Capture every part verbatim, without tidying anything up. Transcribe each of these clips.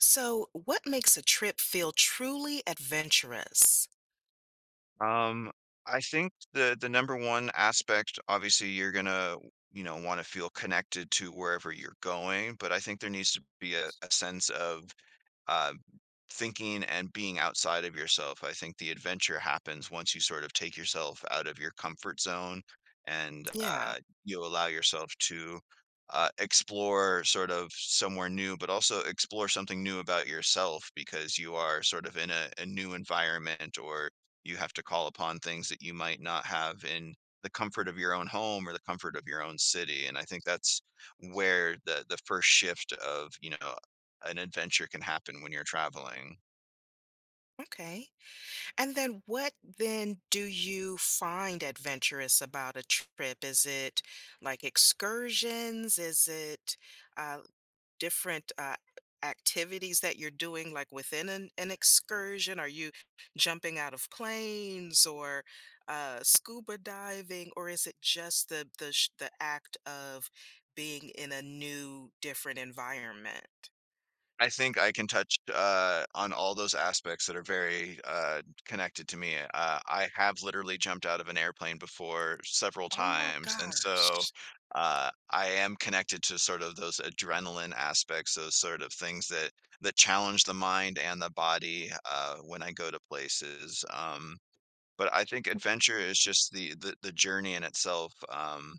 So, what makes a trip feel truly adventurous? Um, I think the the number one aspect, obviously, you're gonna, you know, want to feel connected to wherever you're going, but I think there needs to be a, a sense of uh, thinking and being outside of yourself. I think the adventure happens once you sort of take yourself out of your comfort zone and Yeah, uh, you allow yourself to uh, explore sort of somewhere new, but also explore something new about yourself because you are sort of in a, a new environment, or you have to call upon things that you might not have in the comfort of your own home or the comfort of your own city. And I think that's where the the first shift of, you know, an adventure can happen when you're traveling. okay. And then what then do you find adventurous about a trip? Is it like excursions? Is it uh, different uh, activities that you're doing, like within an, an excursion? Are you jumping out of planes or uh, scuba diving, or is it just the the sh- the act of being in a new, different environment? I think I can touch, uh, on all those aspects that are very, uh, connected to me. Uh, I have literally jumped out of an airplane before several Oh my times, and so, gosh! uh, I am connected to sort of those adrenaline aspects, those sort of things that that challenge the mind and the body, uh, when I go to places, um, but I think adventure is just the the the journey in itself. um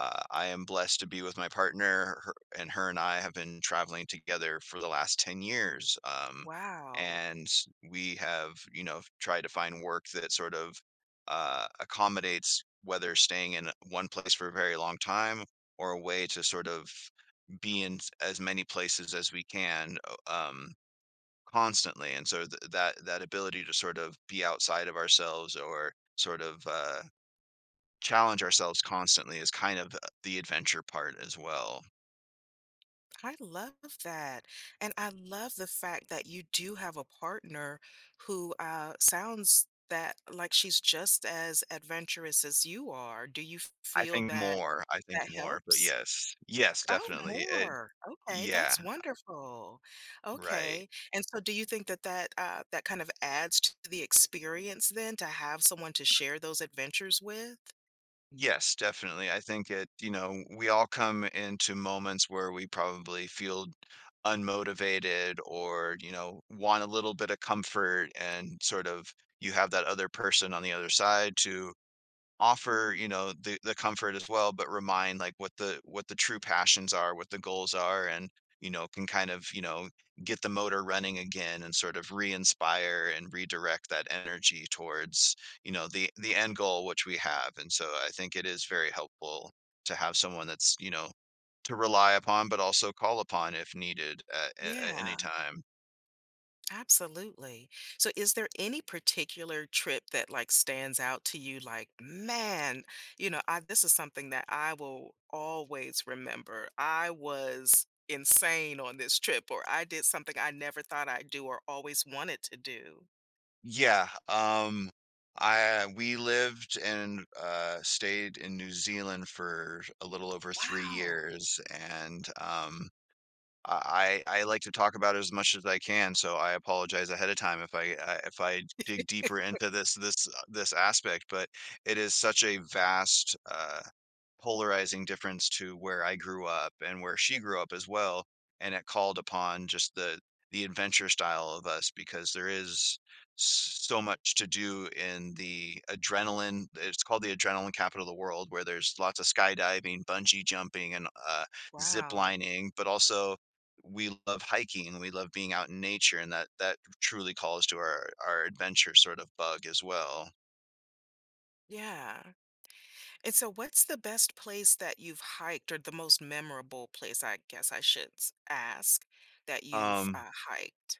uh, I am blessed to be with my partner, her, and her and I have been traveling together for the last ten years. Um, Wow. And we have, you know, tried to find work that sort of uh, accommodates whether staying in one place for a very long time or a way to sort of be in s- as many places as we can o- um, constantly. And so th- that that ability to sort of be outside of ourselves or sort of uh, challenge ourselves constantly is kind of, uh, the adventure part as well. I love that. And I love the fact that you do have a partner who uh, sounds that like she's just as adventurous as you are. Do you I feel think that more, I think that more, but helps? yes. Yes, Oh, definitely, it more. Okay, yeah, that's wonderful. right. Okay. And so do you think that that uh, that kind of adds to the experience then to have someone to share those adventures with? Yes, definitely, I think it, you know, we all come into moments where we probably feel unmotivated, or, you know, want a little bit of comfort, and sort of you have that other person on the other side to offer, you know, the the comfort as well, but remind like what the what the true passions are, what the goals are, and, you know, can kind of, you know, get the motor running again and sort of re-inspire and redirect that energy towards, you know, the the end goal which we have. And so I think it is very helpful to have someone that's, you know, to rely upon but also call upon if needed at, at at any Yeah. time. Absolutely. So is there any particular trip that like stands out to you like, man, you know, I this is something that I will always remember. I was insane on this trip or I did something I never thought I'd do or always wanted to do. Yeah, um, I we lived and, uh, stayed in New Zealand for a little over three Wow. years, and, um, I I I like to talk about it as much as I can, so I apologize ahead of time if I I if I dig deeper into this this, uh, this aspect, but it is such a vast, uh polarizing difference to where I grew up and where she grew up as well, and it called upon just the the adventure style of us because there is s- so much to do in the adrenaline. It's called the adrenaline capital of the world, where there's lots of skydiving, bungee jumping, and uh, zip Wow. lining, but also we love hiking and we love being out in nature, and that that truly calls to our our adventure sort of bug as well. Yeah. And so what's the best place that you've hiked or the most memorable place, I guess I should s- ask, that you've Um, uh, hiked?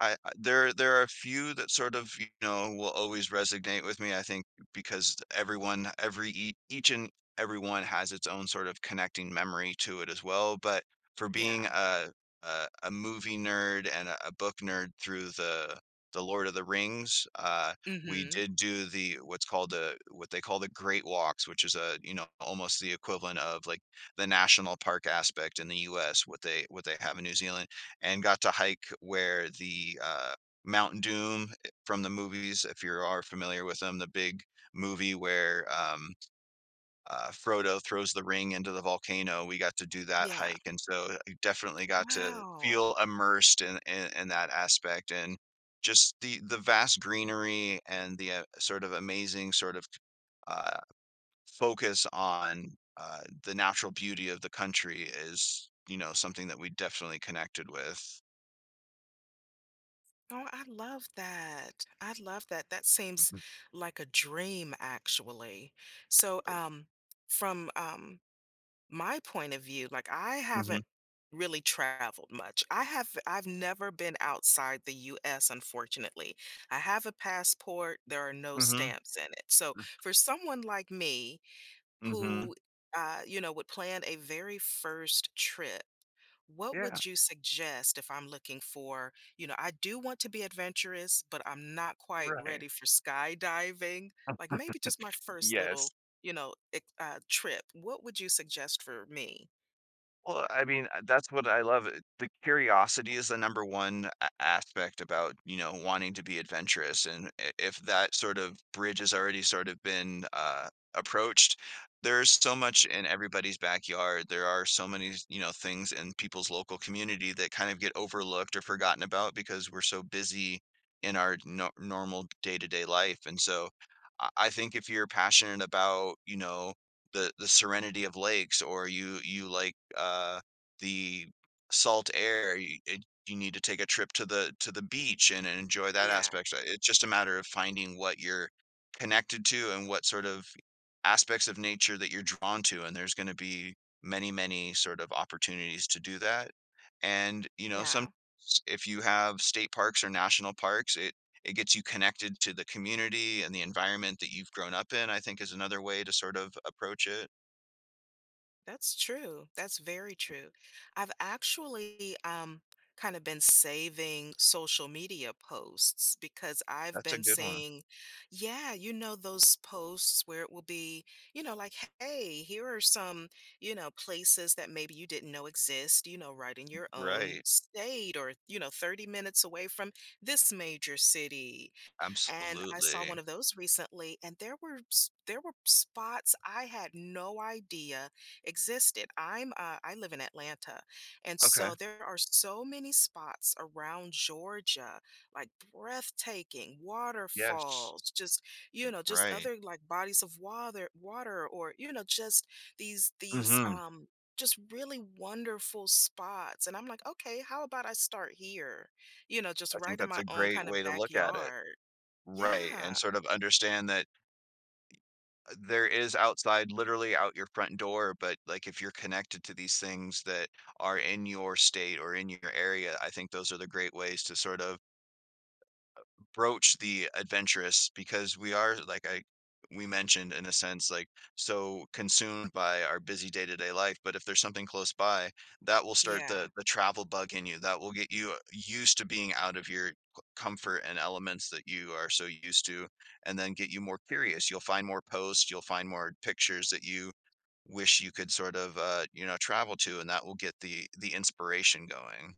I I there there are a few that sort of, you know, will always resonate with me, I think, because everyone every ea each and everyone has its own sort of connecting memory to it as well, but for being Yeah. a a a movie nerd and a a book nerd through the the Lord of the Rings, uh, we Mhm. did do the what's called the what they call the Great Walks, which is a, you know, almost the equivalent of, like, the national park aspect in the U S, what they what they have in New Zealand, and got to hike where the uh, Mount Doom, eh, from the movies, if you are familiar with them, the big movie where um, uh, Frodo throws the ring into the volcano. We got to do that Yeah. hike, and so I definitely got to Wow. feel immersed in in, in that aspect, and just the the vast greenery and the uh, sort of amazing sort of uh, focus on uh, the natural beauty of the country is, you know, something that we definitely connected with. Oh, I love that. I love that. That seems like a dream, actually. So, Mhm. um, from um my point of view, like I Mhm, haven't really traveled much. I have I've never been outside the U S, unfortunately. I have a passport, there are no mhm, stamps in it. So, for someone like me mhm, who uh, you know, would plan a very first trip. What yeah, would you suggest if I'm looking for, you know, I do want to be adventurous, but I'm not quite right, ready for skydiving. Like maybe just my first yes. little, you know, ex- uh, trip. What would you suggest for me? Well, I mean, uh, that's what I love. it- The curiosity is the number one a- aspect about, you know, wanting to be adventurous. And i- if that sort of bridge has already sort of been uh, approached, there's so much in everybody's backyard. There are so many, you know, things in people's local community that kind of get overlooked or forgotten about because we're so busy in our no normal day-to-day life. And so I I think if you're passionate about, you know, the the serenity of lakes, or you you like, uh, the salt air, you it you need to take a trip to the to the beach and and enjoy that Yeah, aspect. Uh, it's just a matter of finding what you're connected to and what sort of aspects of nature that you're drawn to, and there's gonna be many, many sort of opportunities to do that, and, you know, some yeah. if you have state parks or national parks, it it gets you connected to the community and the environment that you've grown up in, I think, is another way to sort of approach it. That's true. That's very true. I've actually um kind of been saving social media posts because I've That's a been good one. seeing, yeah, you know, those posts where it will be, you know, like, hey, here are some, you know, places that maybe you didn't know exist, you know, right in your own Right. state or, you know, thirty minutes away from this major city, and I saw one Absolutely. of those recently, and there were s- there were spots I had no idea existed. I'm uh, I live in Atlanta, and Okay. so there are so many spots around Georgia, like breathtaking Yes. waterfalls, just you know, just Right. other like bodies of water, water, or you know, just these these Mhm. um just really wonderful spots, and I'm like, okay, how about I start here, you know, just I think right in that's my a own great kind way of to look at it. backyard. Right. And Yeah, sort of understand that uh, there is outside, literally out your front door, but like if you're connected to these things that are in your state or in your area, I think those are the great ways to sort of broach the adventurous, because we are, like, I we mentioned, in a sense, like so consumed by our busy day-to-day life, but if there's something close by that will start the yeah, the travel bug in you, that will get you used to being out of your c- comfort and elements that you are so used to, and then get you more curious. You'll find more posts, you'll find more pictures that you wish you could sort of, uh you know, travel to, and that will get the the inspiration going.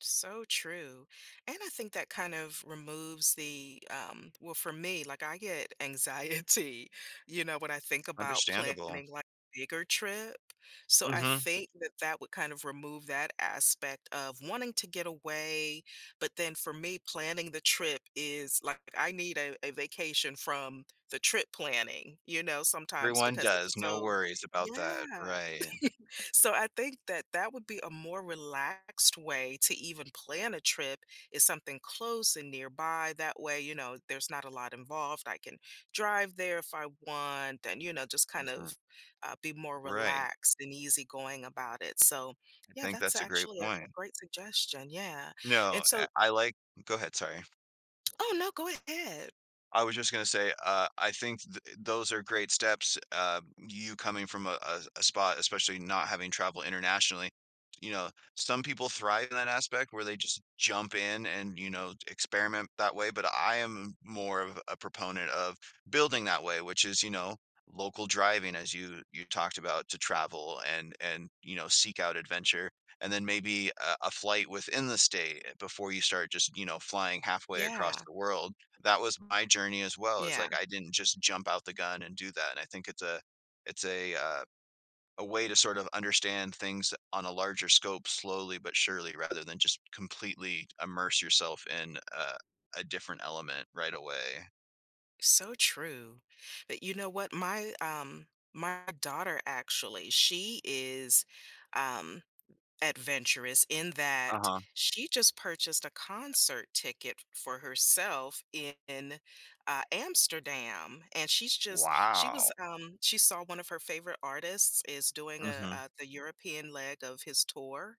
so true. And I think that kind of removes the, um, well, for me, like I get anxiety, you know, when I think about Understandable. planning like a bigger trip. So I Hmm. think that that would kind of remove that aspect of wanting to get away. But then for me, planning the trip is like I need a, a vacation from the trip planning, you know, sometimes Everyone because it's does, no so, worries about that, yeah. right, So I think that that would be a more relaxed way to even plan a trip is something close and nearby. That way, you know, there's not a lot involved. I can drive there if I want and, you know, just kind r of uh, be more right. relaxed and easygoing about it. So, I yeah, think that's that's a great actually a, a point. great suggestion. Yeah. No, And I so, I like go ahead, sorry. oh, no, go ahead. I was just gonna say, uh, I think th- those are great steps. Uh, you coming from a, a, a spot, especially not having traveled internationally, you know, some people thrive in that aspect where they just jump in and, you know, experiment that way. But I am more of a proponent of building that way, which is, you know, local driving, as you you talked about, to travel and and you know, seek out adventure. And then maybe a, a flight within the state before you start just, you know, flying halfway across Yeah. the world. That was my journey as well, is Yeah. like I didn't just jump out the gun and do that, and I think it's a it's a, uh, a way to sort of understand things on a larger scope slowly but surely, rather than just completely immerse yourself in a a different element right away. So true. But you know what? My, um, my daughter actually, she is um adventurous in that Uh-huh. she just purchased a concert ticket for herself in uh, Amsterdam, and she's just she Wow. was um, she saw one of her favorite artists is doing a, Mhm. uh the European leg of his tour,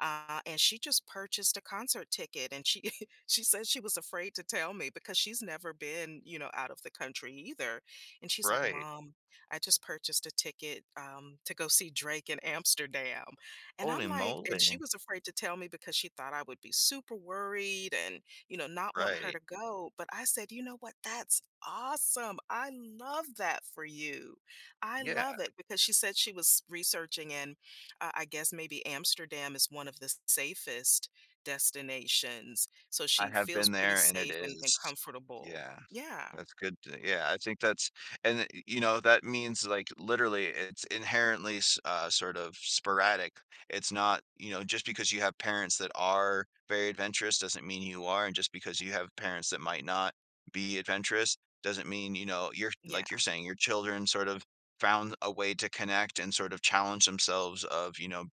uh, and she just purchased a concert ticket, and she she said she was afraid to tell me because she's never been, you know, out of the country either, and she's like, Right. mom, I just purchased a ticket, um, to go see Drake in Amsterdam. And I'm Holy like, and she moly. was afraid to tell me because she thought I would be super worried and, you know, not want her Right. to go, but I said, you know what, that's awesome, I love that for you, I Yeah. love it because she said she was researching, and I I guess maybe Amsterdam is one of the safest destinations, so I she have been feels pretty there, and it safe and and is comfortable. yeah. Yeah, That's good to yeah, I think that's and, y you know, that means, like, literally, it's inherently s uh, sort of sporadic. It's not, you know, just because you have parents that are very adventurous doesn't mean you are, and just because you have parents that might not be adventurous doesn't mean, you know, you're, yeah. like you're saying, your children sort of found a way to connect and sort of challenge themselves of, you know,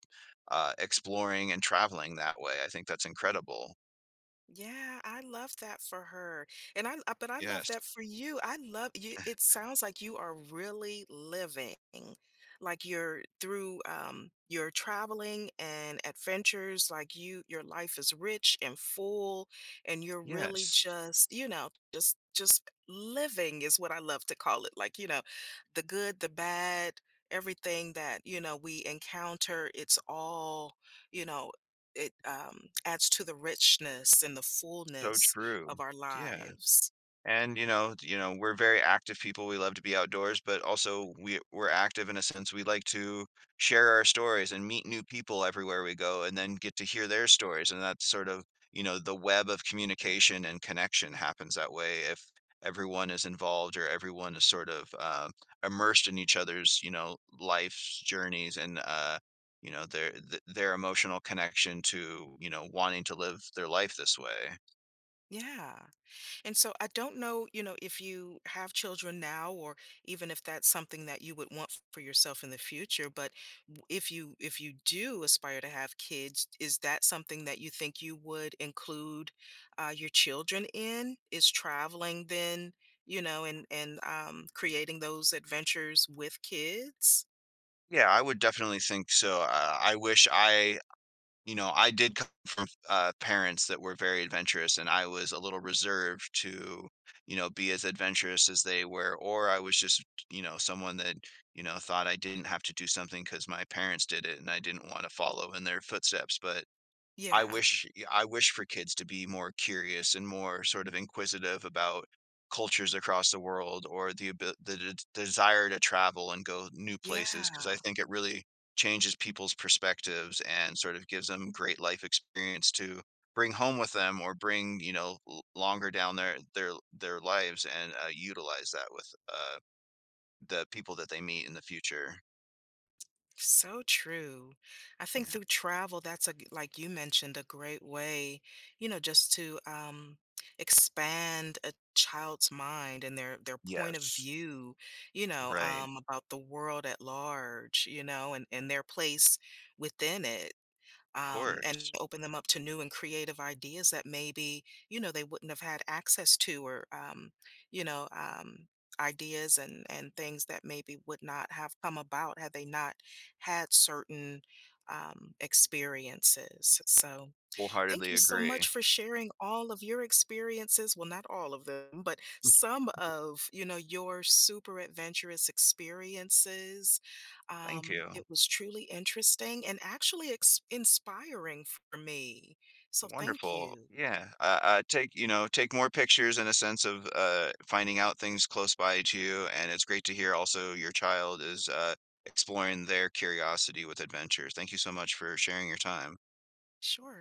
uh, exploring and traveling that way. I think that's incredible. Yeah, I love that for her, and I uh, but I love Yes. that for you. I love You it sounds like you are really living, like, you're through, um, your traveling and adventures, like, you your life is rich and full, and you're really Yes, just, you know, just just living is what I love to call it, like, you know, the good, the bad, everything that, you know, we encounter, it's all, you know it um, adds to the richness and the so fullness true. of our Yeah. lives. And you know, you know, we're very active people. We love to be outdoors, but also we we're active in a sense. We like to share our stories and meet new people everywhere we go, and then get to hear their stories. And that's sort of, you know, the web of communication and connection happens that way if everyone is involved or everyone is sort of, uh, immersed in each other's, you know, life's journeys, and, uh, you know, their th- their emotional connection to, you know, wanting to live their life this way. Yeah. And so I don't know, you know, if you have children now or even if that's something that you would want for yourself in the future, but w- if you, if you do aspire to have kids, is that something that you think you would include uh, your children in? Is traveling then, you know, and and um, creating those adventures with kids? Yeah, I would definitely think so. Uh, I wish I, you know, I did come from uh, parents that were very adventurous, and I was a little reserved to, you know, be as adventurous as they were, or I was just, you know, someone that, you know, thought I didn't have to do something because my parents did it and I didn't want to follow in their footsteps. But I Yeah. wish I wish for kids to be more curious and more sort of inquisitive about cultures across the world, or the abi- the d- desire to travel and go new places, because I Yeah. think it really changes people's perspectives and sort of gives them great life experience to bring home with them, or bring, you know, l- longer down their their their lives, and uh, utilize that with, uh, the people that they meet in the future. So true. I think Yeah. through travel, that's a, g- like you mentioned, a great way, you know, just to um, expand a child's mind and their their point of Yes. view, you know, Right. um, Of about the world at large, you know, and, and their place within it, um, and course. open them up to new and creative ideas that maybe, you know, they wouldn't have had access to, or um, you know, um, ideas and and things that maybe would not have come about had they not had certain um, experiences so thank Wholeheartedly you so much agree. for sharing all of your experiences. Well, not all of them, but some of, you know, your super adventurous experiences. Thank Um, you. It was truly interesting and actually ex- inspiring for me. So thank Wonderful. you. Yeah. Uh, uh, take, you know, take more pictures in a sense of, uh, finding out things close by to you. And it's great to hear also your child is, uh, exploring their curiosity with adventures. Thank you so much for sharing your time. Sure.